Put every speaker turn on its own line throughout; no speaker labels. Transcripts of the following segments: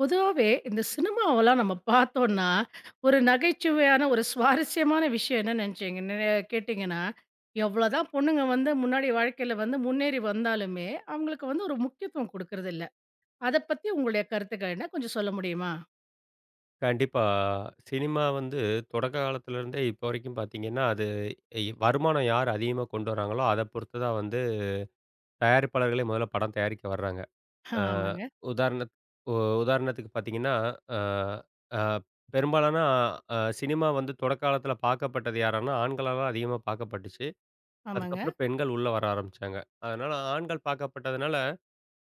பொதுவாவே இந்த சினிமாவெல்லாம் நம்ம பார்த்தோம்ன்னா, ஒரு நகைச்சுவையான ஒரு சுவாரஸ்யமான விஷயம் என்ன நினைச்சீங்க கேட்டீங்கன்னா, எவ்வளோதான் பொண்ணுங்க வந்து முன்னாடி வாழ்க்கையில வந்து முன்னேறி வந்தாலுமே, அவங்களுக்கு வந்து ஒரு முக்கியத்துவம் குடுக்குறதில்ல. அத பத்தி உங்களுடைய கருத்துக்கள் என்ன? கொஞ்சம் சொல்ல முடியுமா?
கண்டிப்பா. சினிமா வந்து தொடக்க காலத்துலருந்தே இப்போ வரைக்கும் பார்த்தீங்கன்னா, அது வருமானம் யார் அதிகமா கொண்டு வராங்களோ, அத பொறுத்து தான் வந்து தயாரிப்பாளர்களே முதல்ல படம் தயாரிக்க வர்றாங்க. அ
ஆமாங்க,
உதாரணத் உ உதாரணத்துக்கு பார்த்தீங்கன்னா, அ அ பெரும்பாலான சினிமா வந்து தொடக்க காலத்துல பார்க்கப்பட்டது யாரான்னா, ஆண்களால தான் அதிகமா பார்க்கப்பட்டுச்சு.
ஆமாங்க.
அதுக்கப்புறம் பெண்கள் உள்ள வர ஆரம்பிச்சாங்க. அதனால ஆண்கள் பார்க்கப்பட்டதுனால,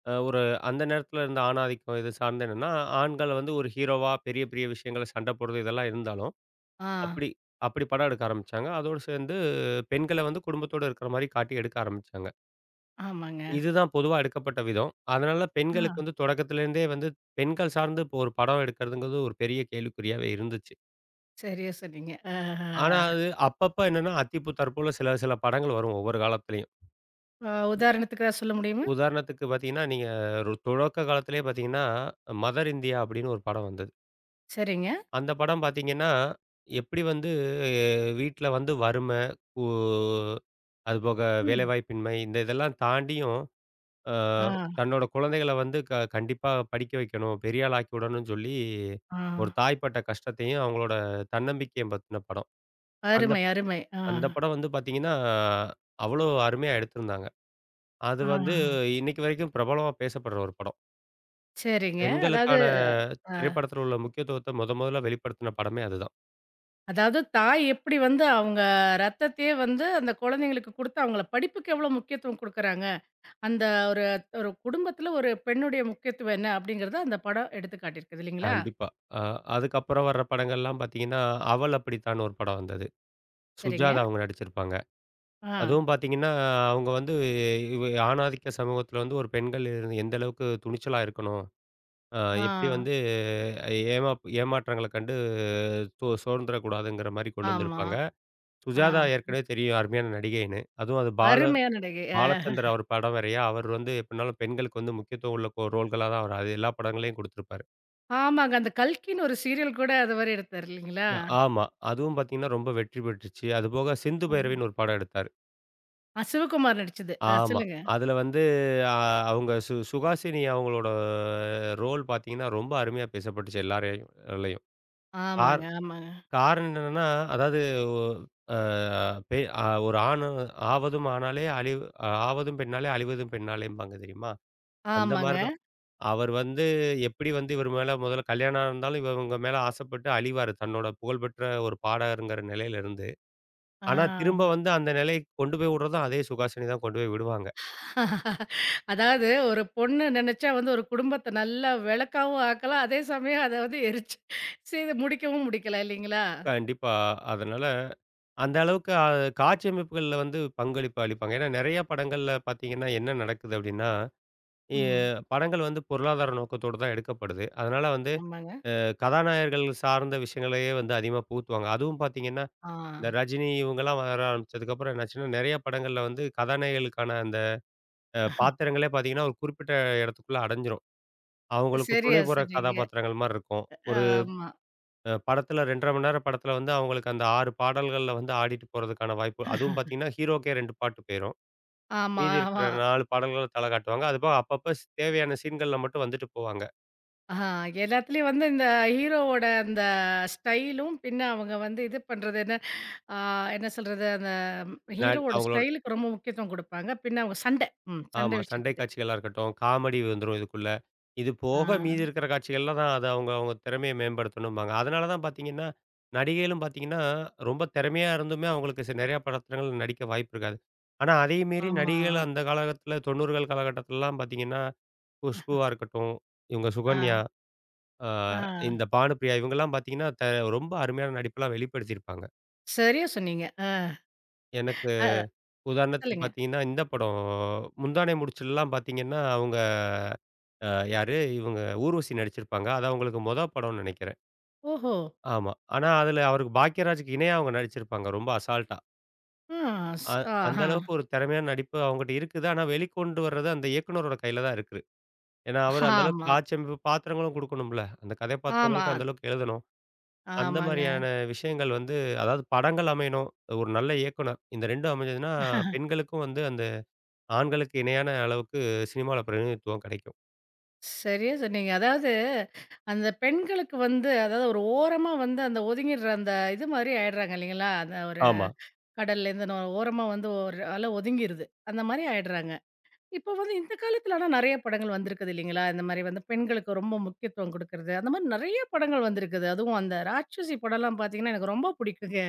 அ ஒரு அந்த நேரத்துல இருந்த ஆணாதிக்கம் இது சார்ந்து என்னன்னா, ஆண்கள் வந்து ஒரு ஹீரோவா பெரிய பெரிய விஷயங்கள சண்ட போடுறது இதெல்லாம் இருந்தாலும்,
ஆ,
அப்படி அப்படி படம் எடுக்க ஆரம்பிச்சாங்க. அதோடு சேர்ந்து பெண்கள வந்து குடும்பத்தோட இருக்கிற மாரி காட்டி எடுக்க ஆரம்பிச்சாங்க.
ஆமாங்க.
இதுதான் பொதுவா எடுக்கப்பட்ட விதம். அதனால
ஆ,
பெண்களுக்கு வந்து தொடக்கத்துலேருந்தே வந்து பெண்கள் சார்ந்து இப்போ ஒரு படம் எடுக்கிறதுங்கிறது ஒரு பெரிய கேள்விக்குறியாவே இருந்துச்சு.
சரியா சொன்னீங்க. ஆஹா.
ஆனா அது அப்பப்ப என்னன்னா அத்திப்பூ தற்போல சில சில படங்கள் வரும் ஒவ்வொரு காலத்திலயும்.
உதாரணத்துக்கு ஏதாவது சொல்ல முடியுமா?
உதாரணத்துக்கு பார்த்தீங்கன்னா, நீங்க ஒரு தொடக்க காலத்திலேயே பார்த்தீங்கன்னா, மதர் இந்தியா அப்படின்னு ஒரு படம் வந்தது.
சரிங்க.
அந்த படம் பார்த்தீங்கன்னா, எப்படி வந்து வீட்ல வந்து வறுமை, கூ அதுபோக
ம்.
வேலைவாய்ப்பின்மை இந்த இதெல்லாம் தாண்டியும், அ
ஆ,
தன்னோட குழந்தைகள வந்து கண்டிப்பா படிக்க வைக்கணும், பெரிய ஆள் ஆக்கி விடணும்னு சொல்லி,
ஆ.
ஒரு தாய் பட்ட கஷ்டத்தையும், அவங்களோட தன்னம்பிக்கையும் பத்தின படம். அந்த
அருமை, அருமை. ஆ,
அந்த படம் வந்து பார்த்தீங்கன்னா, அவ்வளோ அருமையா எடுத்திருந்தாங்க. அது வந்து
ஆஹா.
இன்னைக்கு வரைக்கும் பிரபலமா பேசப்படுற ஒரு படம்.
சரிங்க. அதாவது
பெண்களுக்கான
அ.
திரைப்படத்தில உள்ள முக்கியத்துவத்த மொதல்ல வெளிப்படுத்தின படமே அதுதான்.
அதாவது தாய் எப்படி வந்து அவங்க ரத்தத்தையே வந்து அந்த குழந்தைங்களுக்கு குடுத்து, அவங்கள படிப்புக்கு எவ்வளோ முக்கியத்துவம் குடுக்குறாங்க. அந்த ஒரு ஒரு குடும்பத்தில ஒரு பெண்ணுடைய முக்கியத்துவம் என்ன அப்படிங்கிறத அந்த படம் எடுத்து காட்டியிருக்குது இல்லைங்களா?
கண்டிப்பா. அ அதுக்கப்புறம் வர்ற படங்கள்லாம் பார்த்தீங்கன்னா, அவள் அப்படித்தான் ஒரு படம் வந்தது.
சரிங்க.
சுஜாதா அவங்க நடிச்சிருப்பாங்க.
ஆ,
அதுவும் பார்த்தீங்கன்னா, அவங்க வந்து இவ ஆணாதிக்க சமூகத்தில வந்து ஒரு பெண்கள் இருந்து எந்த அளவுக்கு துணிச்சலா இருக்கணும். அ
ஆ,
எப்படி வந்து ஏமாற்றங்கள கண்டு சோர்ந்துறக்கூடாதுங்கிற மாரி கொண்டு
ஆமா.
வந்திருப்பாங்க.
ஆ
சுஜாதா ஏற்கனவே தெரியும் அருமையான நடிகைன்னு. அதுவும் அது
அருமையான நடிகை. அ
பாலச்சந்தர் அவர் படம் வேறயா, அவர் வந்து எப்படினாலும் பெண்களுக்கு வந்து முக்கியத்துவம் உள்ள ரோல்களா தான் அவர் அது எல்லா படங்களையும் குடுத்திருப்பாரு.
ஆமாங்க. அந்த கல்கின்னு ஒரு சீரியல் கூட அது மாரி எடுத்தாரு இல்லைங்களா?
ஆமா. அதுவும் பார்த்தீங்கன்னா, ரொம்ப வெற்றி பெற்றுச்சு. அதுபோக சிந்து
ஆமா.
பைரவின்னு ஒரு படம் எடுத்தாரு.
அ சிவகுமார் நடிச்சது. ஆ
ஆமா.
சொல்லுங்க.
அதுல வந்து அ அவங்க சுஹாசினி அவங்களோட ரோல் பார்த்தீங்கன்னா, ரொம்ப அருமையா பேசப்பட்டுச்சு எல்லாரையும் லயும். கார்
ஆமாங்க, ஆமாங்க,
காரணம் என்னன்னா, அதாவது ஒ அ பெ அ ஒரு ஆவதும் ஆணாலே அழிவு ஆவதும் பெண்ணாலே அழிவதும் பெண்ணாலேம்பாங்க தெரியுமா? அந்த
ஆமாங்க.
மாரி தான். அவர் வந்து எப்படி வந்து இவர் மேல முதல்ல கல்யாணம் ஆனந்தாலும், இவங்க மேல ஆசைப்பட்டு அழிவாரு. தன்னோட புகழ்பெற்ற ஒரு பாடகருங்கிற நிலையில இருந்து. ஆனா,
ஆ.
திரும்ப வந்து அந்த நிலைக்கு கொண்டு போய் விடுறதும் அதே சுகாசினி தான் கொண்டு போய் விடுவாங்க.
அதாவது ஒரு பொண்ணு நெனச்சா வந்து ஒரு குடும்பத்த நல்லா வெளக்காவும் ஆக்கலாம். அதே சமயம் அத வந்து எரிச்சு செய்து முடிக்கவும் முடிக்கலாம் இல்லைங்களா?
கண்டிப்பா. அதனால அந்த அளவுக்கு காட்சியமைப்புகள்ல வந்து பங்களிப்பு அளிப்பாங்க. ஏன்னா, நெறைய படங்கள்ல பார்த்தீங்கன்னா, என்ன நடக்குது அப்டின்னா, எ
ம்.
படங்கள் வந்து பொருளாதார நோக்கத்தோட தான் எடுக்கப்படுது. அதனால வந்து
ஆமாங்க.
கதாநாயகர்கள் சார்ந்த விஷயங்களையே வந்து அதிகமா புகுத்துவாங்க. அதுவும் பார்த்தீங்கன்னா,
ஆ.
இந்த ரஜினி இவங்கலாம் வர ஆரம்பிச்சதுக்கப்புறம் என்னாச்சுன்னா, நெறைய படங்கள்ல வந்து கதாநாயகர்களுக்கான அந்த பாத்திரங்களே பார்த்தீங்கன்னா, ஒரு குறிப்பிட்ட இடத்துக்குள்ள அடைஞ்சிரும். அவங்களுக்கு துணை
சரியா
போற
சொன்னீங்க.
கதாபாத்திரங்கள் மாரி இருக்கும். ஒரு
ஆமா.
அ படத்துல 2 1/2 மணி நேர படத்துல வந்து அவங்களுக்கு அந்த 6 பாடல்கள்ல வந்து ஆடிட்டு போறதுக்கான வாய்ப்பு அதுவும் பார்த்தீங்கன்னா, ஹீரோக்கே 2 பாட்டு போயிரும்.
ஆமா,
மீதி இருக்கிற
ஆமா.
4 பாடல்கள தல காட்டுவாங்க. அதுபோக அப்பப்ப தேவையான சீன்கள்ல மட்டும் வந்துட்டு போவாங்க.
ஆ எல்லாத்துலயும் வந்து இந்த ஹீரோவோட அந்த ஸ்டைலும், பின்ன அவங்க வந்து இது பண்றது என்ன ஆ என்ன சொல்றது? அந்த
நட்
ஹீரோவோட
அவங்களோட
ஸ்டைலுக்கு ரொம்ப முக்கியத்துவம் குடுப்பாங்க. பின்ன அவங்க சண்டை. ம்.
ஆமா.
சண்டை
சண்டை
விஷயத்துக்கு.
காட்சிகளா இருக்கட்டும், காமெடி வந்துரும் இதுக்குள்ள. இது
ஆ.
போக மீதி
ஆ.
இருக்கிற காட்சிகள்ல தான் அத அவங்க அவங்க திறமைய மேம்படுத்தணும்பாங்க. அதனால தான் பார்த்தீங்கன்னா, நடிகைகளும் பார்த்தீங்கன்னா, ரொம்ப திறமையா இருந்துமே அவங்களுக்கு நெறையா படத்திரங்கள்ல நடிக்க வாய்ப்பு இருக்காது. ஆனா, அதையும் மீறி
ஆமா.
நடிகைகள் அந்த காலகட்டத்துல 90கள் காலகட்டத்துலலாம் பார்த்தீங்கன்னா குஷ்புவா இருக்கட்டும், இவங்க
ஆ.
சுகன்யா, அ இந்த
ஆ.
பானுப்பிரியா இவங்கலாம் பார்த்தீங்கன்னா, ரொம்ப அருமையான நடிப்பெல்லாம் வெளிப்படுத்தியிருப்பாங்க.
சரியா சொன்னீங்க. ஆ.
எனக்கு
அ
உதாரணத்துக்கு
சொல்லுங்க.
பார்த்தீங்கன்னா, இந்த படம் முந்தானை முடிச்சுலலாம் பார்த்தீங்கன்னா, அவங்க அ யாரு இவங்க ஊர்வசி நடிச்சிருப்பாங்க. அது அவங்களுக்கு மொத படம்னு நெனைக்கிறேன்.
ஓஹோ!
ஆமா. ஆனா அதில அவருக்கு பாக்யராஜுக்கு இணையா அவங்க நடிச்சிருப்பாங்க ரொம்ப அசால்ட்டா.
ஆ ஸ்
அ அந்த
ஆஹா.
அளவுக்கு ஒரு திறமையான நடிப்பு அவங்ககிட்ட இருக்குது. ஆனா வெளிக்கொண்டு வர்றது அந்த இயக்குனரோட கையில தான் இருக்குது. ஏன்னா, அவரு அந்த அளவுக்கு
ஆமா,
காட்சி அமைப்பு பாத்திரங்களும் குடுக்கணும்ல. அந்த
ஆமா,
கதாபாத்திரங்களுக்கும் அந்த அளவுக்கு எழுதணும். அந்த
ஆமாங்க.
மாரியான விஷயங்கள் வந்து அதாவது படங்கள் அமையணும். ஒரு நல்ல இயக்குனர். இந்த 2ம் அமைஞ்சதுன்னா, பெண்களுக்கும் வந்து அந்த ஆண்களுக்கு இணையான அளவுக்கு சினிமால பிரதிநிதித்துவம் கிடைக்கும்.
சரியா சொன்னீங்க. அதாவது அந்த பெண்களுக்கு வந்து அதாவது ஒரு ஓரமா வந்து அந்த ஒதுங்கிடுற அந்த இது மாரி ஆயிடுறாங்க இல்லைங்களா? அந்த ஒரு
ஆமா,
கடல்லேருந்து ஓரமா வந்து ஒரு ஒதுங்கிருது. அந்த மாரி ஆயிடுறாங்க. இப்போ வந்து இந்த காலத்துல ஆனா நெறைய படங்கள் வந்திருக்குது இல்லைங்களா? இந்த மாரி வந்து பெண்களுக்கு ரொம்ப முக்கியத்துவம் குடுக்குறது. அந்த மாரி நெறைய படங்கள் வந்திருக்குது. அதுவும் அந்த ராட்சசி படம்லாம் பார்த்தீங்கன்னா, எனக்கு ரொம்ப பிடிக்குங்க.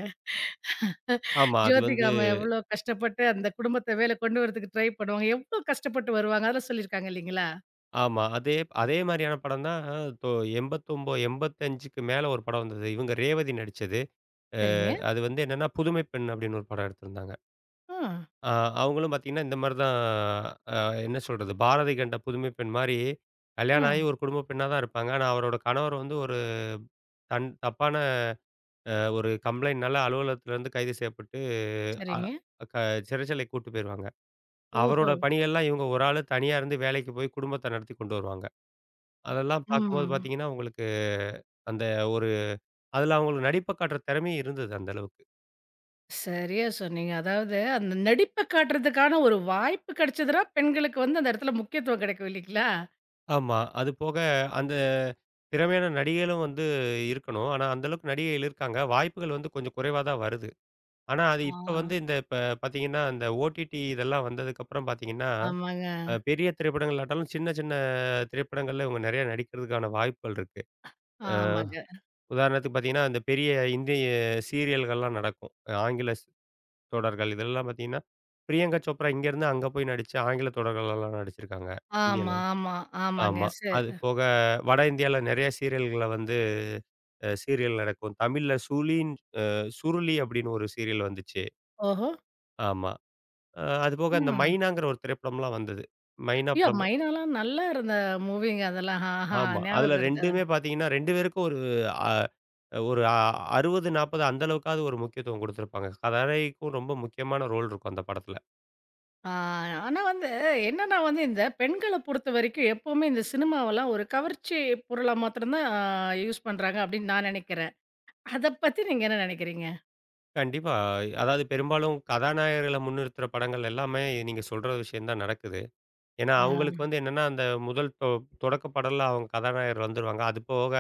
ஆமா. அது
ஜோதிகா
வந்து
அம்மா எவ்வளோ கஷ்டப்பட்டு அந்த குடும்பத்த மேல கொண்டு வரதுக்கு ட்ரை பண்ணுவாங்க. எவ்வளோ கஷ்டப்பட்டு வருவாங்க. அதெல்லாம் சொல்லியிருக்காங்க இல்லைங்களா?
ஆமா. அதே அதே மாரியான படம் தான் தொ 89 85க்கு மேல ஒரு படம் வந்தது. இவங்க ரேவதி நடிச்சது. அ
சரிங்க.
அது வந்து என்னன்னா, புதுமை பெண் அப்படின்னு ஒரு படம் எடுத்திருந்தாங்க.
ஆ,
ஆ அவங்களும் பார்த்தீங்கன்னா, இந்த மாரி தான். அ என்ன சொல்றது? பாரதி கண்ட புதுமை பெண் மாரி
ஆ.
கல்யாணம் ஆகி ஒரு குடும்ப பெண்ணா தான் இருப்பாங்க. ஆனா, அவரோட கணவர் வந்து ஒரு தன் தப்பான ஒரு கம்ப்ளைண்ட்னால அலுவலகத்திலேருந்து கைது செய்யப்பட்டு, அ
சரிங்க.
க சிறைச்சாலைக்கு கூட்டு போயிருவாங்க. அவரோட
ஓஹோ!
பணிகள்லாம் இவங்க ஒரு ஆளு தனியா இருந்து வேலைக்கு போய் குடும்பத்த நடத்தி கொண்டு வருவாங்க. அதெல்லாம் பார்க்கும்போது
ம்.
பார்த்தீங்கன்னா, உங்களுக்கு அந்த ஒரு அதில அவங்களுக்கு நடிப்ப காட்டுற திறமையும் இருந்தது அந்த அளவுக்கு.
சரியா சொன்னீங்க. அதாவது அந்த நடிப்ப காட்டுறதுக்கான ஒரு வாய்ப்பு கிடைச்சதுனா, பெண்களுக்கு வந்து அந்த இடத்துல முக்கியத்துவம் கிடைக்கும் இல்லைங்களா?
ஆமா. அது போக அந்த திறமையான நடிகைகளும் வந்து இருக்கணும். ஆனா, அந்த அளவுக்கு நடிகைகள் இருக்காங்க. வாய்ப்புகள் வந்து கொஞ்சம் குறைவா தான் வருது. ஆனா, அது இப்ப
ஆ.
வந்து இந்த இப்ப பார்த்தீங்கன்னா, இந்த ஓடிடி இதெல்லாம் வந்ததுக்கப்புறம் பார்த்தீங்கன்னா,
ஆமாங்க,
பெரிய திரைப்படங்களாட்டாலும் சின்ன சின்ன திரைப்படங்கள்ல இவங்க நெறைய நடிக்கிறதுக்கான வாய்ப்புகள் இருக்கு. அ
ஆமாங்க.
உதாரணத்துக்கு பார்த்தீங்கன்னா, இந்த பெரிய இந்திய சீரியல்கள்லாம் நடக்கும். ஆங்கில தொடர்கள் இதெல்லாம் பார்த்தீங்கன்னா, பிரியங்கா சோப்ரா இங்கேருந்து அங்க போய் நடிச்சு ஆங்கில தொடர்கள்லாம் நடிச்சிருக்காங்க. இந்தியால.
ஆமா, ஆமா, ஆமாங்க.
ஆமா. அது
சரி.
போக வட இந்தியால நெறைய சீரியல்கள வந்து சீரியல் நடக்கும். தமிழ்ல சுழின் அ சுருளி அப்படின்னு ஒரு சீரியல் வந்துச்சு.
ஓஹோ!
ஆமா. அது போக இந்த
ம்.
மைனாங்கிற ஒரு திரைப்படம்லாம் வந்தது. மைனா
ஐயோ!
படம்
மைனாலாம் நல்லா இருந்த மூவிங்க அதெல்லாம். ஆஹா!
ஆமா. அதுல
ஞாபகம் இருக்கு.
2மே பார்த்தீங்கன்னா, 2 பேருக்கும் ஒரு அ ஒரு அ 60, 40 அந்த அளவுக்காவது ஒரு முக்கியத்துவம் குடுத்துருப்பாங்க. கதைக்கும் ரொம்ப முக்கியமான ரோல் இருக்கும் அந்த படத்துல.
ஆ, ஆனா வந்து என்னன்னா வந்து இந்த பெண்கள பொறுத்தவரைக்கும் எப்பவுமே இந்த சினிமாவெல்லாம் ஒரு கவர்ச்சி பொருளா மாத்திரம் தான் யூஸ் பண்றாங்க அப்படின்னு நான் நினைக்கிறேன். அத பத்தி நீங்க என்ன நினைக்கிறீங்க?
கண்டிப்பா. அதாவது பெரும்பாலும் கதாநாயகர்கள முன்னிறுத்துற படங்கள் எல்லாமே நீங்க சொல்ற விஷயம் தான் நடக்குது. ஏன்னா, அவங்களுக்கு
ஆ.
வந்து என்னன்னா, அந்த முதல் தொடக்க படல்ல அவங்க கதாநாயகர் வந்துருவாங்க. அது போக,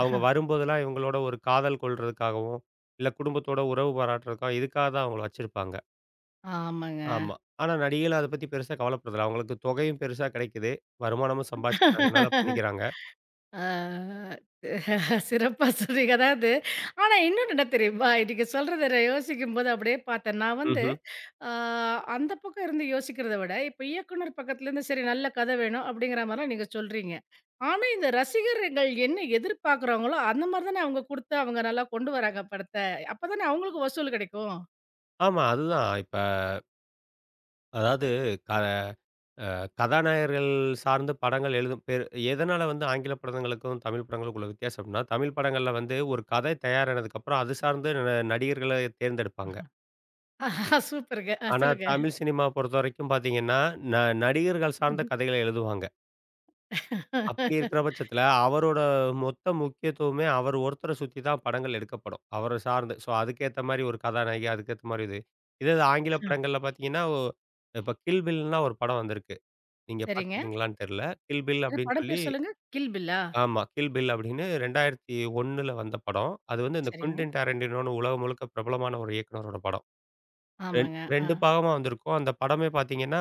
அவங்க வரும்போதெல்லாம் இவங்களோட ஒரு காதல் கொள்றதுக்காகவும், இல்ல குடும்பத்தோட உறவு பாராட்டுறதுக்காகவும், இதுக்காக தான் அவங்கள வச்சிருப்பாங்க.
ஆமாங்க.
ஆமா. ஆனா நடிகைகள் அத பத்தி பெருசா கவலைப்படுறதில்ல. அவங்களுக்கு தொகையும் பெருசா கிடைக்குது. வருமானமும் சம்பாதிச்சுக்கிறாங்கனால பண்ணிக்கிறாங்க.
ஆ. சிறப்பா சொன்னீங்க. அதாவது ஆனா இன்னொன்னு என்ன தெரியுமா? நீங்க சொல்றத நான் யோசிக்கும்போது அப்படியே பார்த்தேன். நான் வந்து
ம்ஹ்ம்.
அ அந்த பக்கம் இருந்து யோசிக்கிறத விட, இப்ப இயக்குனர் பக்கத்துலேருந்து சரி நல்ல கதை வேணும் அப்படிங்கிற மாரிலாம் நீங்க சொல்றீங்க. ஆனா இந்த ரசிகர்கள் என்ன எதிர்பார்க்குறாங்களோ, அந்த மாரி தானே அவங்க குடுத்து அவங்க நல்லா கொண்டு வராங்க படத்த. அப்ப தானே அவங்களுக்கு வசூல் கிடைக்கும்.
ஆமா. அதுதான். இப்ப அதாவது க கதாநாயகர்கள் சார்ந்து படங்கள் எழுதும் பேரு எதனால வந்து ஆங்கில படங்களுக்கும், தமிழ் படங்களுக்கும் உள்ள வித்தியாசம்னா, தமிழ் படங்கள்ல வந்து ஒரு கதை தயாரானதுக்கப்புறம், அது சார்ந்து நடிகர்கள தேர்ந்தெடுப்பாங்க.
ஆஹா, சூப்பருங்க. அ
ஆனா,
சொல்லுங்க.
தமிழ் சினிமா பொறுத்தவரைக்கும் பார்த்தீங்கன்னா, ந நடிகர்கள் சார்ந்த
ம்.
கதைகள எழுதுவாங்க. அப்படி இருக்கிற பட்சத்தில, அவரோட மொத்த முக்கியத்துவமே அவர் ஒருத்தர சுத்தி தான் படங்கள் எடுக்கப்படும். அவர சார்ந்து. ஸோ, அதுக்கேத்த மாரி ஒரு கதாநாயகி, அதுக்கேத்த மாரி இது. இதே இது ஆங்கில படங்கள்ல பார்த்தீங்கன்னா, இப்ப 'கில் பில்'னுலாம் ஒரு படம் வந்திருக்கு. நீங்க
சரிங்க.
பார்த்துருக்கீங்களான்னு தெரியல. 'கில் பில்'
என்ன
அப்படின்னு
படம்
சொல்லி
பேர் சொல்லுங்க? கில் பில்லா?
ஆமா. 'கில் பில்' அப்படின்னு 2001ல வந்த படம். அது வந்து இந்த
சரிங்க.
குவின்டன் டாரன்டினோன்னு உலகம் முழுக்க பிரபலமான ஒரு இயக்குனரோட படம்.
ஆமாங்க. ஆ.
2 பாகமா வந்திருக்கும். அந்த படமே பார்த்தீங்கன்னா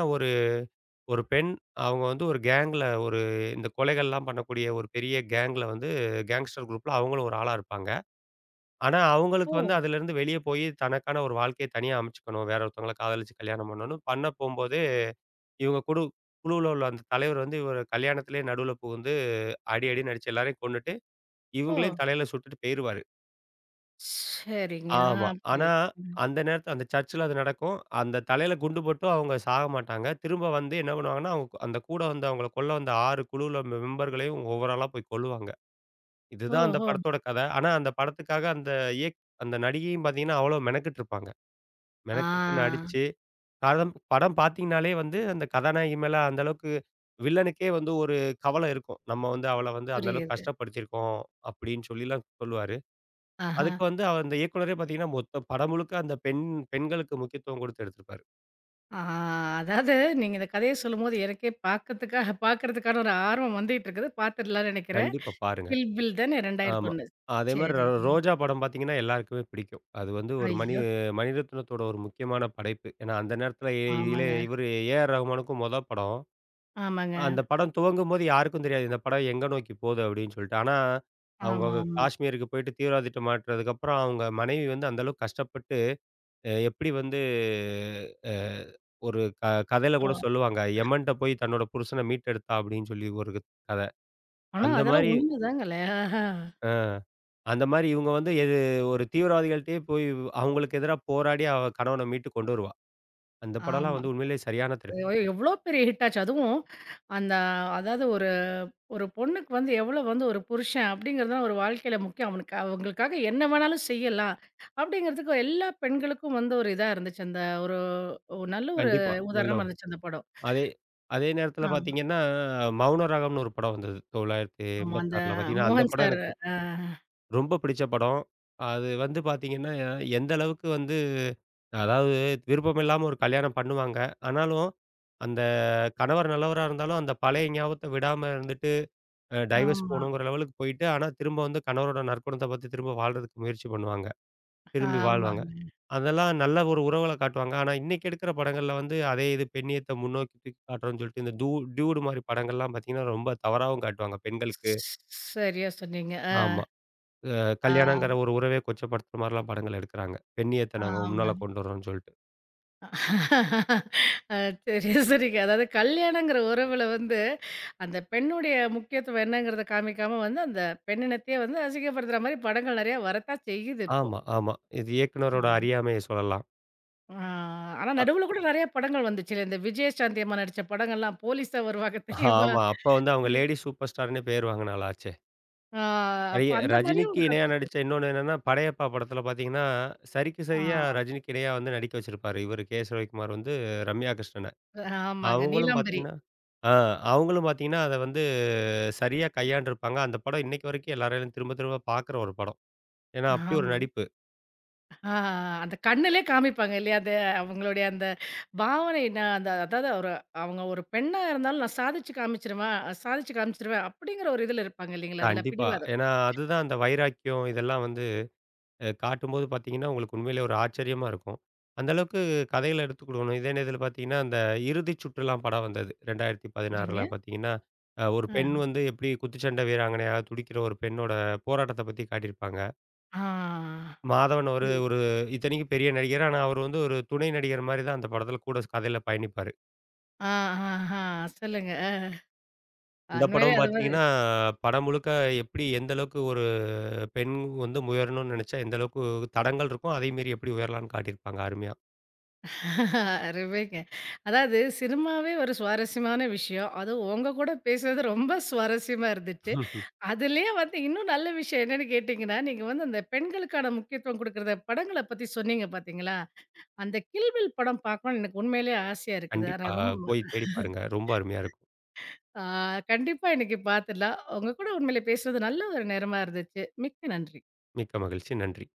ஒரு பெண் அவங்க வந்து ஒரு கேங்ல ஒரு இந்த கொலைகள்லாம் பண்ணக்கூடிய ஒரு பெரிய கேங்ல வந்து கேங்ஸ்டர் குரூப்ல அவங்களும் ஒரு ஆளா இருப்பாங்க. ஆனா அவங்களுக்கு வந்து
ஓ!
அதிலிருந்து வெளிய போயி தனக்கான ஒரு வாழ்க்கைய தனியா அமைச்சுக்கணும். வேற ஒருத்தவங்கள காதலிச்சு கல்யாணம் பண்ணணும். பண்ண போம்போது இவங்க குழுவுல உள்ள அந்த தலைவர் வந்து இவர கல்யாணத்திலேயே நடுவுல புகுந்து அடி அடின்னு அடிச்சு எல்லாரையும் கொன்னுட்டு,
ஓ!
இவங்களையும் தலையில சுட்டுட்டு போயிருவாரு.
சரிங்க. ஆ
ஆமா. ஆனா,
புரியுது. ம்.
அந்த நேரத்துல அந்த சர்ச்சில அது நடக்கும். அந்த தலையில குண்டு பட்டும் அவங்க சாக மாட்டாங்க. திரும்ப வந்து என்ன பண்ணுவாங்கன்னா, அந்த கூட வந்து அவங்கள கொல்ல வந்த 6 குழுவுல மெம்பர்களையும் ஒவ்வொரு ஆளா போய் கொல்லுவாங்க. இதுதான் அந்த
ஓஹோ!
படத்தோட கதை. ஆனா, அந்த படத்துக்காக அந்த இயக் அந்த நடிகையும் பார்த்தீங்கன்னா, அவ்வளோ மெனக்கெட்டுருப்பாங்க.
ஆ
மெனக்கெட்டு நடிச்சு, படம் படம் பார்த்தீங்கன்னாலே வந்து அந்த கதாநாயகி மேல அந்த அளவுக்கு வில்லனுக்கே வந்து ஒரு கவலை இருக்கும். நம்ம வந்து அவள வந்து அந்த அளவுக்கு
புரியுது.
கஷ்டப்படுத்தியிருக்கோம், அப்படின்னு சொல்லிலாம் சொல்லுவாரு.
ஆஹா.
அதுக்கு வந்து அந்த இயக்குனரே பார்த்தீங்கன்னா, மொத்த படம் முழுக்க அந்த பெண்களுக்கு முக்கியத்துவம் குடுத்து எடுத்திருப்பாரு.
ஆ அதாவது நீங்க இந்த கதைய சொல்லும்போது எனக்கே பார்க்கறதுக்காக பார்க்கறதுக்கான ஒரு ஆர்வம் வந்துட்டு இருக்குது. பார்த்துடலாம்னு நெனைக்கிறேன்.
கண்டிப்பா பாருங்க.
கில் பில் தானே
ஆமா.
2001.
அதே மாரி
சரிங்க.
ரோஜா படம் பார்த்தீங்கன்னா, எல்லாருக்குமே பிடிக்கும். அது வந்து ஒரு மணி
ஐயோ!
மணிரத்னத்தோட ஒரு முக்கியமான படைப்பு. ஏன்னா, அந்த நேரத்தில எ இதிலே
ஆமாங்க,
இவரு ஏ.ஆர். ரகுமானுக்கும் மொத படம்.
ஆமாங்க.
அந்த படம் துவங்கும்போது யாருக்கும் தெரியாது. இந்த படம் எங்க நோக்கி போது அப்படின்னு சொல்லிட்டு. ஆனா, அவங்க
ஆமா, ஆமா.
காஷ்மீருக்கு போயிட்டு தீவிரவாதிட்ட மாட்டுனதுக்கப்புறம் அவங்க மனைவி வந்து அந்த அளவுக்கு கஷ்டப்பட்டு எப்படி வந்து அ ஒரு க கதையில
ஆ
கூட சொல்லுவாங்க. யமன்ட்ட போய் தன்னோட புருஷன மீட்டெடுத்தா அப்படின்னு சொல்லி ஒரு கத.
ஆனா
அந்த
அதெல்லாம்
மாரி
உண்மைதாங்களே. ஆஹா.
அ இவங்க வந்து எது ஒரு தீவிரவாதிகள்ட்டயே போய் அவங்களுக்கு எதிரா போராடி அவ கணவன மீட்டு கொண்டு வருவா. அந்த படம்லாம்
ஆமா.
வந்து உண்மையிலேயே சரியான திரைப்படம்.
எவ்ளோ பெரிய ஹிட் ஆச்சு. அதுவும் அந்த அதாவது ஒரு ஒரு பொண்ணுக்கு வந்து எவ்வளோ வந்து ஒரு புருஷன் அப்படிங்கிறது தான் ஒரு வாழ்க்கையில முக்கியம். அவனுக்கு அவங்களுக்காக என்ன வேணாலும் செய்யலாம். அப்படிங்கிறதுக்கு எல்லா பெண்களுக்கும் வந்து ஒரு இதா இருந்துச்சு. அந்த ஒரு ஒரு நல்ல ஒரு
கண்டிப்பா. நல்ல
உதாரணமா
ஒரு
இருந்துச்சு அந்த படம்.
அதே அதே நேரத்தில
ஆ
பார்த்தீங்கன்னா, மௌன ராகம்னு ஒரு படம் வந்தது.
ஆமா. அந்த
1986ல பார்த்தீங்கன்னா, அந்த
மோகன்
படம்
சார்
எனக்கு
அ
ரொம்ப பிடிச்ச படம். அது வந்து பார்த்தீங்கன்னா, எந்த அளவுக்கு வந்து அதாவது விருப்பம் இல்லாம ஒரு கல்யாணம் பண்ணுவாங்க. ஆனாலும், அந்த கணவர் நல்லவரா இருந்தாலும், அந்த பழைய ஞாபகத்த விடாம இருந்துட்டு டைவர்ஸ்
ஆமா,
போணுங்கிற லெவலுக்கு போயிட்டு, ஆனா திரும்ப வந்து கணவரோட நற்குணத்த பாத்து திரும்ப வாழ்றதுக்கு முயற்சி பண்ணுவாங்க. திரும்பி வாழ்வாங்க.
ஆமாங்க.
அதெல்லாம் நல்ல ஒரு உறவுகள காட்டுவாங்க. ஆனா இன்னைக்கு எடுக்கிற படங்கள்ல வந்து அதே இது பெண்ணியத்த முன்னோக்கி தூக்கி காட்டுறோம்னு சொல்லிட்டு, இந்த டியூடு மாரி படங்கள்லாம் பாத்தீங்கன்னா, ரொம்ப தவறாவும் காட்டுவாங்க பெண்களுக்கு.
சரியா சொன்னீங்க. அ
ஆமா. அ
ஆ
கல்யாணங்கிற ஒரு உறவே கொச்சப்படுத்துற மாரிலாம் படங்கள் எடுக்குறாங்க. பெண்ணியத்த நாங்க
ஆமா.
முன்னால கொண்டு வரோம்னு சொல்லிட்டு.
அ சரி, சரிங்க. அதாவது கல்யாணங்கிற உறவுல வந்து, அந்த பெண்ணுடைய முக்கியத்துவம் என்னங்கிறத காமிக்காம வந்து, அந்த பெண்ணினத்தையே வந்து அசிங்கப்படுத்துற மாரி படங்கள் நெறையா வரத்தான் செய்யுது இப்போ.
ஆமா. இது இயக்குனரோட
ஆம்.
அறியாமைய சொல்லலாம்.
ஆ ஆனா
அ
நடுவுல கூட நெறையா படங்கள் வந்துச்சுல்ல. இந்த விஜயசாந்தி அம்மா நடிச்ச படங்கள்லாம் போலீஸா வருவாங்க தெரியுமா?
ஆமா. அப்ப வந்து அவங்க லேடி சூப்பர் ஸ்டார்ன்னே பேர் வாங்குனாள ஆச்சே!
ஆ அப்ப
நெறைய
அந்த மாரியும்
ரஜினிக்கு
ஒரு
இணையா
கதை.
நடிச்ச இன்னொன்னு என்னன்னா, படையப்பா படத்தில பார்த்தீங்கன்னா, சரிக்கு
ஆ
சரியா ரஜினிக்கு இணையா வந்து நடிக்க வச்சிருப்பாரு. இவரு கே. எஸ். ரவிக்குமார் வந்து ரம்யா கிருஷ்ணன.
ஆமாங்க.
அவங்களும்
நீலாம்பரி.
பார்த்தீங்கன்னா ஆ அவங்களும் பார்த்தீங்கன்னா, அத வந்து சரியா கையாண்டுருப்பாங்க. அந்த படம் இன்னைக்கு வரைக்கும் எல்லாராலும் திரும்ப திரும்ப பார்க்குற ஒரு படம். ஏன்னா, அப்படி ஒரு
ஆமா.
நடிப்பு.
ஆ அந்த கண்ணுலே காமிப்பாங்க இல்லையா? அது அவங்களுடைய அந்த பாவனை நான் அந்த அதாவது ஒரு அவங்க ஒரு பெண்ணா இருந்தாலும் நான் சாதிச்சு காமிச்சுருவேன் சாதிச்சு காமிச்சுருவேன் அப்படிங்கிற ஒரு இதுல இருப்பாங்க இல்லைங்களா? அதுல
கண்டிப்பா.
பிடிவாதம்.
ஏன்னா, அதுதான் அந்த வைராக்கியம் இதெல்லாம் வந்து காட்டும்போது பார்த்தீங்கன்னா, உங்களுக்கு உண்மையிலே ஒரு ஆச்சரியமா இருக்கும். அந்த அளவுக்கு கதைகள எடுத்துக்கிடணும். இதே நேரத்தில பார்த்தீங்கன்னா, அந்த இறுதிச் சுற்றுலாம் படம் வந்தது.
சரிங்க.
2016ல பார்த்தீங்கன்னா, ஒரு
ஆ.
பெண் வந்து எப்படி குத்துச்சண்டை வீராங்கனையா துடிக்கிற ஒரு பெண்ணோட போராட்டத்த பத்தி காட்டியிருப்பாங்க.
ஆ.
மாதவன் ஒரு
புரியுது.
ஒரு இத்தனைக்கும் பெரிய நடிகர். ஆனா, அவர் வந்து ஒரு துணை நடிகர் மாரி தான் அந்த படத்தில கூட கதையில பயணிப்பாரு.
ஆ, ஆஹா. சொல்லுங்க.
இந்த
உண்மையிலே
படம்
அது மாரி
பார்த்தீங்கன்னா, படம் முழுக்க எப்படி எந்த அளவுக்கு ஒரு பெண் வந்து உயரணும்னு நெனைச்சா, எந்த அளவுக்கு தடங்கள் இருக்கும். அதே மீறி எப்படி உயரலாம்ன்னு காட்டியிருப்பாங்க அருமையா.
அருமைங்க. அதாவது சினிமாவே ஒரு சுவாரஸ்யமான விஷயம். அதுவும் உங்க கூட பேசுனது ரொம்ப சுவாரஸ்யமா இருந்துச்சு. அதுலயே வந்து இன்னும் நல்ல விஷயம் என்னன்னு கேட்டீங்கன்னா, நீங்க வந்து அந்த பெண்களுக்கான முக்கியத்துவம் குடுக்குறத படங்கள பத்தி சொன்னீங்க பார்த்தீங்களா? அந்த கில் பில் படம் பார்க்கணும்னு எனக்கு உண்மையிலேயே ஆசையா இருக்குது. ஆனா
கண்டிப்பா.
ரொம்ப
போய் தேடி பாருங்க. ரொம்ப அருமையா இருக்கும்.
ஆ கண்டிப்பா இன்னைக்கு பார்த்துடலாம். உங்க கூட உண்மையிலே பேசுனது நல்ல ஒரு நேரமா இருந்துச்சு. மிக்க நன்றி.
மிக்க மகிழ்ச்சி. நன்றி.